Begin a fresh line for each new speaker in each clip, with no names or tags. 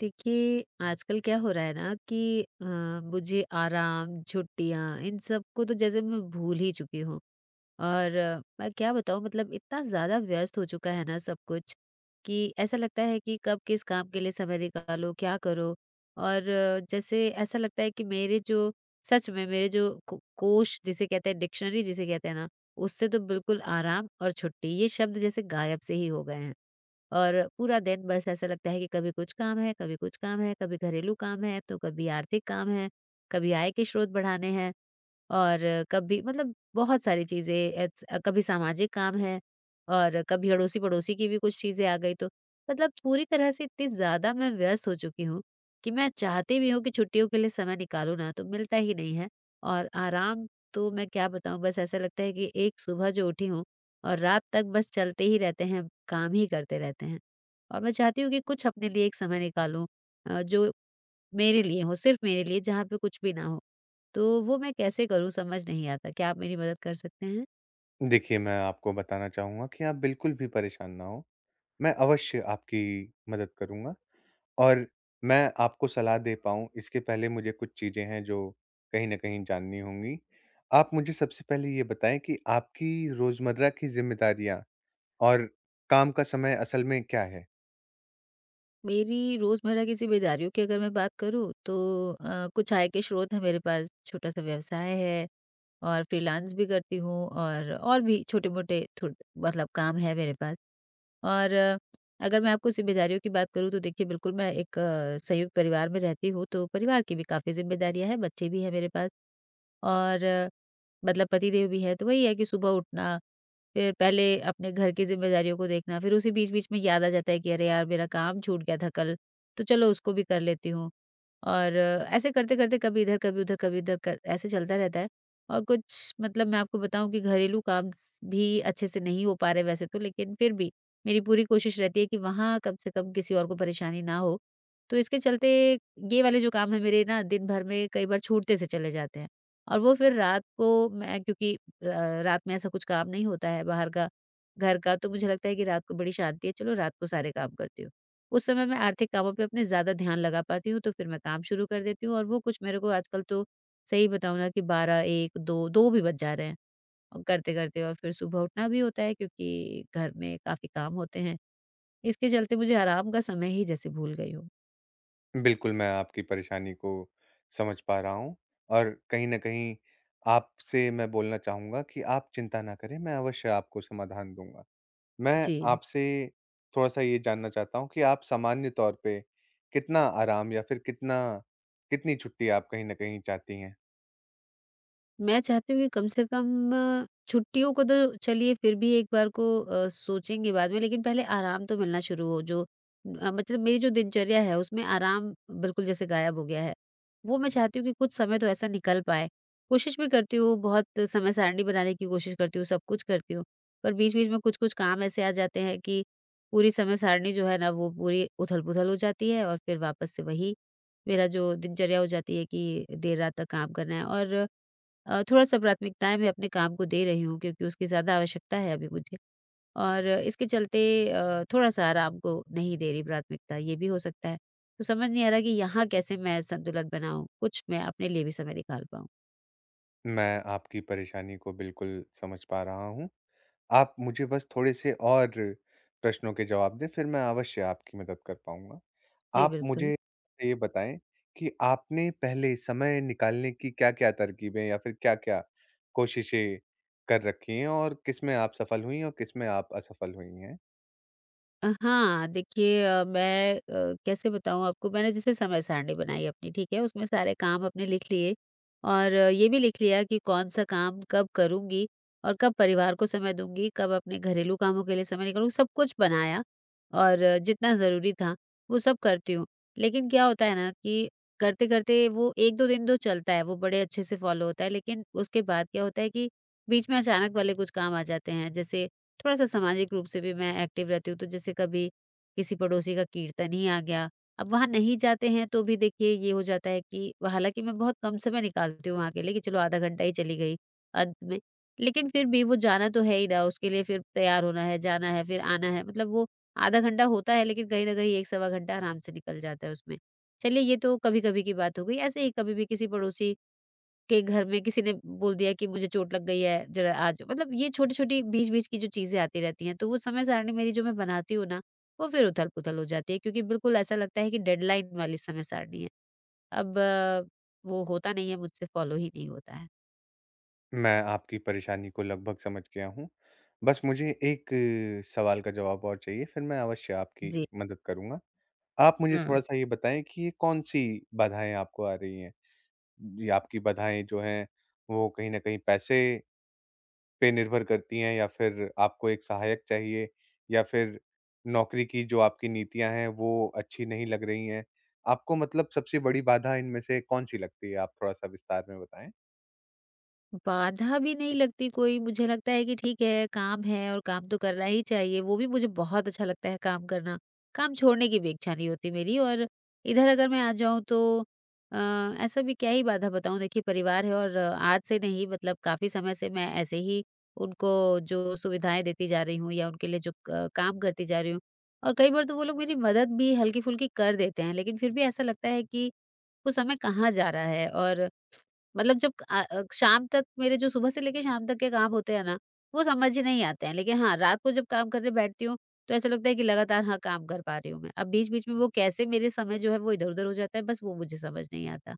देखिए, आजकल क्या हो रहा है ना कि मुझे आराम, छुट्टियाँ इन सबको तो जैसे मैं भूल ही चुकी हूँ। और मैं क्या बताऊँ मतलब इतना ज़्यादा व्यस्त हो चुका है ना सब कुछ, कि ऐसा लगता है कि कब किस काम के लिए समय निकालो, क्या करो? और जैसे ऐसा लगता है कि मेरे जो सच में मेरे जो को कोश जिसे कहते हैं डिक्शनरी जिसे कहते हैं ना, उससे तो बिल्कुल आराम और छुट्टी ये शब्द जैसे गायब से ही हो गए हैं। और पूरा दिन बस ऐसा लगता है कि कभी कुछ काम है, कभी कुछ काम है, कभी घरेलू काम है, तो कभी आर्थिक काम है, कभी आय के स्रोत बढ़ाने हैं। और कभी मतलब बहुत सारी चीज़ें कभी सामाजिक काम है और कभी अड़ोसी-पड़ोसी की भी कुछ चीज़ें आ गई तो मतलब पूरी तरह से इतनी ज़्यादा मैं व्यस्त हो चुकी हूँ कि मैं चाहती भी हूँ कि छुट्टियों के लिए समय निकालूँ ना तो मिलता ही नहीं है। और आराम तो मैं क्या बताऊँ बस ऐसा लगता है कि एक सुबह जो उठी हूँ और रात तक बस चलते ही रहते हैं, काम ही करते रहते हैं। और मैं चाहती हूँ कि कुछ अपने लिए एक समय निकालूँ जो मेरे लिए हो, सिर्फ़ मेरे लिए जहाँ पे कुछ भी ना हो। तो वो मैं कैसे करूँ समझ नहीं आता। क्या आप मेरी मदद कर सकते हैं?
देखिए, मैं आपको बताना चाहूँगा कि आप बिल्कुल भी परेशान ना हों। मैं अवश्य आपकी मदद करूँगा और मैं आपको सलाह दे पाऊँ इसके पहले मुझे कुछ चीज़ें हैं जो कहीं न कहीं जाननी होंगी। आप मुझे सबसे पहले ये बताएँ कि आपकी रोज़मर्रा की ज़िम्मेदारियाँ और काम का समय असल में क्या है?
मेरी रोज़मर्रा की ज़िम्मेदारियों की अगर मैं बात करूँ तो कुछ आय के स्रोत हैं मेरे पास, छोटा-सा व्यवसाय है और फ्रीलांस भी करती हूँ और भी छोटे-मोटे थोड़ मतलब काम है मेरे पास। और अगर मैं आपको ज़िम्मेदारियों की बात करूँ तो देखिए बिल्कुल मैं एक संयुक्त परिवार में रहती हूँ, तो परिवार की भी काफ़ी ज़िम्मेदारियाँ हैं, बच्चे भी हैं मेरे पास। और मतलब पतिदेव भी है, तो वही है कि सुबह उठना, फिर पहले अपने घर की ज़िम्मेदारियों को देखना, फिर उसी बीच-बीच में याद आ जाता है कि अरे यार! मेरा काम छूट गया था कल, तो चलो उसको भी कर लेती हूँ। और ऐसे करते-करते कभी इधर, कभी उधर, कभी इधर क ऐसे चलता रहता है। और कुछ मतलब मैं आपको बताऊँ कि घरेलू काम स भी अच्छे से नहीं हो पा रहे वैसे तो, लेकिन फिर भी मेरी पूरी कोशिश रहती है कि वहाँ कम से कम किसी और को परेशानी ना हो। तो इसके चलते ये वाले जो काम हैं मेरे ना दिन भर में कई बार छूटते से चले जाते हैं। और वो फिर रात को मैं क्योंकि रात में ऐसा कुछ काम नहीं होता है बाहर का, घर का, तो मुझे लगता है कि रात को बड़ी शांति है, चलो रात को सारे काम करती हूँ। उस समय मैं आर्थिक कामों पे अपने ज़्यादा ध्यान लगा पाती हूँ, तो फिर मैं काम शुरू कर देती हूँ और वो कुछ मेरे को आजकल तो सही बताऊँ ना कि 12, 1, 2, 2 भी बज जा रहे हैं और करते-करते और फिर सुबह उठना भी होता है क्योंकि घर में काफ़ी काम होते हैं। इसके चलते मुझे आराम का समय ही जैसे भूल गई हूँ।
बिल्कुल, मैं आपकी परेशानी को समझ पा रहा हूँ और कहीं न कहीं आपसे मैं बोलना चाहूँगा कि आप चिंता ना करें, मैं अवश्य आपको समाधान दूँगा। मैं
जी।
आपसे थोड़ा-सा ये जानना चाहता हूँ कि आप सामान्य तौर पे कितना आराम या फिर कितना कितनी छुट्टी आप कहीं न कहीं चाहती हैं?
मैं चाहती हूँ कि कम से कम छुट्टियों को तो चलिए फिर भी एक बार को सोचेंगे बाद में लेकिन पहले आराम तो मिलना शुरू हो मतलब मेरी जो दिनचर्या है उसमें आराम बिल्कुल जैसे गायब हो गया है। वो मैं चाहती हूँ कि कुछ समय तो ऐसा निकल पाए। कोशिश भी करती हूँ बहुत समय सारणी बनाने की कोशिश करती हूँ, सब कुछ करती हूँ। पर बीच-बीच में कुछ-कुछ काम ऐसे आ जाते हैं कि पूरी समय सारणी जो है ना वो पूरी उथल-पुथल हो जाती है और फिर वापस से वही मेरा जो दिनचर्या हो जाती है कि देर रात तक काम करना है और थोड़ा-सा प्राथमिकताएँ मैं अपने काम को दे रही हूँ क्योंकि उसकी ज़्यादा आवश्यकता है अभी मुझे और इसके चलते थोड़ा-सा आराम को नहीं दे रही प्राथमिकता, ये भी हो सकता है। तो समझ नहीं आ रहा कि यहाँ कैसे मैं संतुलन बनाऊँ? कुछ मैं अपने लिए भी समय निकाल पाऊँ।
मैं आपकी परेशानी को बिल्कुल समझ पा रहा हूँ। आप मुझे बस थोड़े-से और प्रश्नों के जवाब दें, फिर मैं अवश्य आपकी मदद कर पाऊँगा।
जी,
आप
बिल्कुल।
मुझे ये बताएँ कि आपने पहले समय निकालने की क्या-क्या तरकीबें या फिर क्या-क्या कोशिशें कर रखी हैं और किसमें आप सफल हुई हैं और किसमें आप असफल हुई हैं?
हाँ, देखिए मैं कैसे बताऊँ आपको मैंने जैसे समय सारणी बनाई अपनी ठीक है, उसमें सारे काम अपने लिख लिए और ये भी लिख लिया कि कौन-सा काम कब करूँगी और कब परिवार को समय दूँगी, कब अपने घरेलू कामों के लिए समय निकालूँ, सब कुछ बनाया और जितना ज़रूरी था वो सब करती हूँ। लेकिन क्या होता है ना कि करते-करते वो 1-2 दिन तो चलता है, वो बड़े अच्छे से फ़ॉलो होता है लेकिन उसके बाद क्या होता है कि बीच में अचानक वाले कुछ काम आ जाते हैं। जैसे थोड़ा-सा सामाजिक रूप से भी मैं एक्टिव रहती हूँ, तो जैसे कभी किसी पड़ोसी का कीर्तन ही आ गया, अब वहाँ नहीं जाते हैं तो भी देखिए ये हो जाता है कि हालाँकि मैं बहुत कम समय निकालती हूँ वहाँ के लिए कि चलो आधा घंटा ही चली गई अंत में, लेकिन फिर भी वो जाना तो है ही ना, उसके लिए फिर तैयार होना है, जाना है, फिर आना है, मतलब वो आधा घंटा होता है लेकिन कहीं न कहीं 1 सवा घंटा आराम से निकल जाता है उसमें। चलिए ये तो कभी-कभी की बात हो गई, ऐसे ही कभी भी किसी पड़ोसी के घर में किसी ने बोल दिया कि मुझे चोट लग गई है जरा आ जाओ मतलब ये छोटी-छोटी बीच-बीच की जो चीज़ें आती रहती हैं तो वो समय सारणी मेरी जो मैं बनाती हूँ ना, वो फिर उथल-पुथल हो जाती है क्योंकि बिल्कुल ऐसा लगता है कि डेडलाइन वाली समय सारणी है। अब वो होता नहीं है मुझसे फॉलो ही नहीं होता है।
मैं आपकी परेशानी को लगभग समझ गया हूँ। बस मुझे एक सवाल का जवाब और चाहिए, फिर मैं अवश्य आपकी
जी,
मदद करूँगा। आप मुझे
हाँ।
थोड़ा-सा ये बताएँ कि ये कौन-सी बाधाएँ आपको आ रही हैं? ये आपकी बाधाएँ जो हैं, वो कहीं न कहीं पैसे पे निर्भर करती हैं या फिर आपको एक सहायक चाहिए या फिर नौकरी की जो आपकी नीतियाँ हैं, वो अच्छी नहीं लग रही हैं? आपको मतलब सबसे बड़ी बाधा इनमें से कौन-सी लगती है? आप थोड़ा-सा विस्तार में बताएँ।
बाधा भी नहीं लगती कोई, मुझे लगता है कि ठीक है, काम है और काम तो करना ही चाहिए, वो भी मुझे बहुत अच्छा लगता है काम करना। काम छोड़ने की भी इच्छा नहीं होती मेरी और इधर अगर मैं आ जाऊँ तो अ, ऐसा भी क्या ही बाधा बताऊँ, देखिए परिवार है और आज से नहीं मतलब काफ़ी समय से मैं ऐसे ही उनको जो सुविधाएँ देती जा रही हूँ या उनके लिए जो क काम करती जा रही हूँ और कई बार तो वो लोग मेरी मदद भी हल्की-फुल्की कर देते हैं, लेकिन फिर भी ऐसा लगता है कि वो समय कहाँ जा रहा है और मतलब जब शाम तक मेरे जो सुबह से लेके शाम तक के काम होते हैं ना वो समझ ही नहीं आते हैं लेकिन हाँ रात को जब काम करने बैठती हूँ तो ऐसा लगता है कि लगातार हाँ काम कर पा रही हूँ मैं अब बीच बीच में वो कैसे मेरे समय जो है वो इधर उधर हो जाता है बस वो मुझे समझ नहीं आता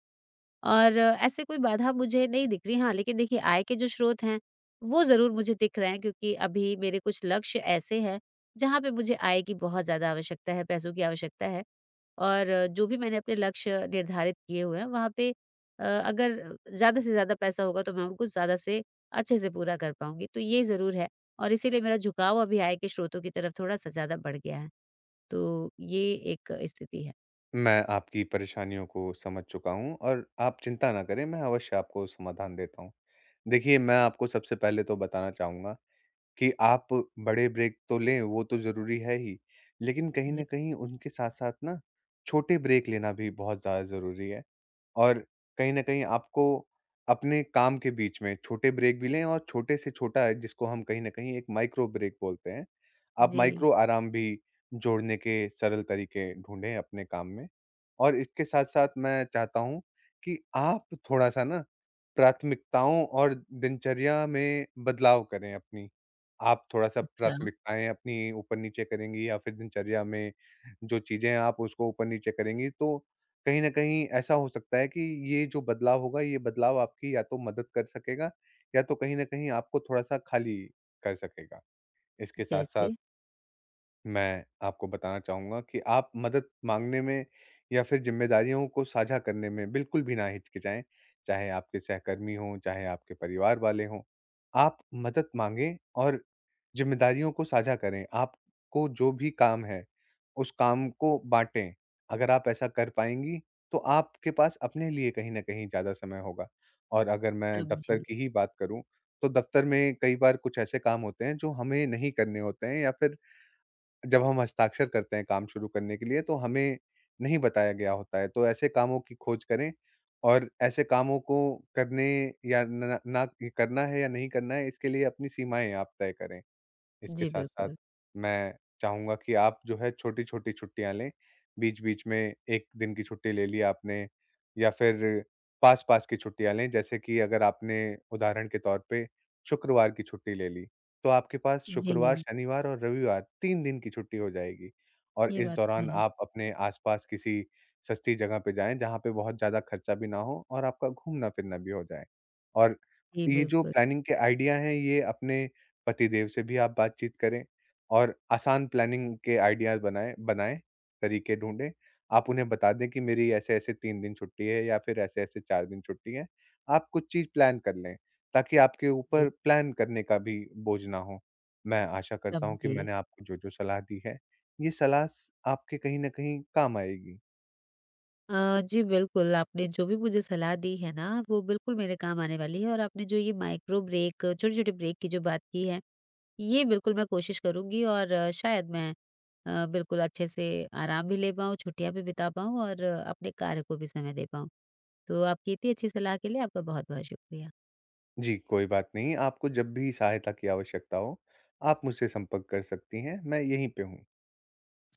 और ऐसे कोई बाधा मुझे नहीं दिख रही हाँ लेकिन देखिए आय के जो स्रोत हैं वो जरूर मुझे दिख रहे हैं क्योंकि अभी मेरे कुछ लक्ष्य ऐसे हैं जहाँ पे मुझे आय की बहुत ज्यादा आवश्यकता है पैसों की आवश्यकता है और जो भी मैंने अपने लक्ष्य निर्धारित किए हुए हैं वहाँ पे अगर ज़्यादा से ज़्यादा पैसा होगा तो मैं उनको ज़्यादा से अच्छे से पूरा कर पाऊँगी। तो ये ज़रूर है और इसीलिए मेरा झुकाव अभी आय के स्रोतों की तरफ थोड़ा-सा ज़्यादा बढ़ गया है। तो ये एक स्थिति है।
मैं आपकी परेशानियों को समझ चुका हूँ और आप चिंता ना करें, मैं अवश्य आपको समाधान देता हूँ। देखिए, मैं आपको सबसे पहले तो बताना चाहूँगा कि आप बड़े ब्रेक तो लें, वो तो ज़रूरी है ही, लेकिन कहीं
जी।
न कहीं उनके साथ-साथ ना छोटे ब्रेक लेना भी बहुत ज़्यादा ज़रूरी है। और कहीं न कहीं आपको अपने काम के बीच में छोटे ब्रेक भी लें और छोटे से छोटा है जिसको हम कहीं न कहीं एक माइक्रो ब्रेक बोलते हैं, आप
जी।
माइक्रो आराम भी जोड़ने के सरल तरीके ढूँढें अपने काम में। और इसके साथ-साथ मैं चाहता हूँ कि आप थोड़ा-सा ना प्राथमिकताओं और दिनचर्या में बदलाव करें अपनी। आप थोड़ा-सा
अच्छा,
प्राथमिकताएँ अपनी ऊपर-नीचे करेंगी या फिर दिनचर्या में जो चीज़ें हैं आप उसको ऊपर-नीचे करेंगी तो कहीं न कहीं ऐसा हो सकता है कि ये जो बदलाव होगा, ये बदलाव आपकी या तो मदद कर सकेगा या तो कहीं न कहीं आपको थोड़ा-सा खाली कर सकेगा। इसके साथ-साथ
जैसे?
मैं आपको बताना चाहूँगा कि आप मदद माँगने में या फिर ज़िम्मेदारियों को साझा करने में बिल्कुल भी ना हिचकिचाएँ, चाहे आपके सहकर्मी हों, चाहे आपके परिवार वाले हों। आप मदद माँगें और ज़िम्मेदारियों को साझा करें। आपको जो भी काम है, उस काम को बाँटें। अगर आप ऐसा कर पाएँगी, तो आपके पास अपने लिए कहीं न कहीं ज़्यादा समय होगा। और अगर मैं दफ़्तर
सब्ज़ी।
की ही बात करूँ, तो दफ़्तर में कई बार कुछ ऐसे काम होते हैं, जो हमें नहीं करने होते हैं या फिर जब हम हस्ताक्षर करते हैं काम शुरू करने के लिए तो हमें नहीं बताया गया होता है। तो ऐसे कामों की खोज करें और ऐसे कामों को करने या ना ना करना है या नहीं करना है इसके लिए अपनी सीमाएँ आप तय करें। इसके
जी,
साथ-साथ
बिल्कुल।
मैं चाहूँगा कि आप जो है छोटी-छोटी छुट्टियाँ लें, बीच-बीच में 1 दिन की छुट्टी ले ली आपने या फिर पास-पास की छुट्टियाँ लें, जैसे कि अगर आपने उदाहरण के तौर पे शुक्रवार की छुट्टी ले ली, तो आपके पास शुक्रवार,
जी,
शनिवार और रविवार 3 दिन की छुट्टी हो जाएगी और
ये
इस
बात तो
दौरान
है।
आप अपने आस-पास किसी सस्ती जगह पे जाएँ, जहाँ पे बहुत ज़्यादा खर्चा भी ना हो और आपका घूमना-फिरना भी हो जाए। और
जी,
ये जो
बिल्कुल।
प्लानिंग के आइडिया हैं, ये अपने पतिदेव से भी आप बातचीत करें और आसान प्लानिंग के आइडियाज़ बनाएँ बनाएँ, तरीके ढूँढें। आप उन्हें बता दें कि मेरी ऐसे-ऐसे 3 दिन छुट्टी है या फिर ऐसे-ऐसे 4 दिन छुट्टी है। आप कुछ चीज़ प्लान कर लें, ताकि आपके
जी,
ऊपर प्लान करने का भी बोझ ना हो। मैं आशा करता हूँ कि
सब्ज़ी।
मैंने आपको जो-जो सलाह दी है, ये सलाह स आपके कहीं न कहीं काम आएगी।
जी बिल्कुल, आपने जो भी मुझे सलाह दी है ना, वो बिल्कुल मेरे काम आने वाली है और आपने जो ये माइक्रो ब्रेक छोटे-छोटे ब्रेक की जो बात की है, ये बिल्कुल मैं कोशिश करूँगी और शायद मैं बिल्कुल अच्छे से आराम भी ले पाऊँ, छुट्टियाँ भी बिता पाऊँ और अपने कार्य को भी समय दे पाऊँ। तो आपकी इतनी अच्छी सलाह के लिए आपका बहुत-बहुत शुक्रिया।
जी, कोई बात नहीं। आपको जब भी सहायता की आवश्यकता हो, आप मुझसे संपर्क कर सकती हैं, मैं यहीं पे हूँ।
जी।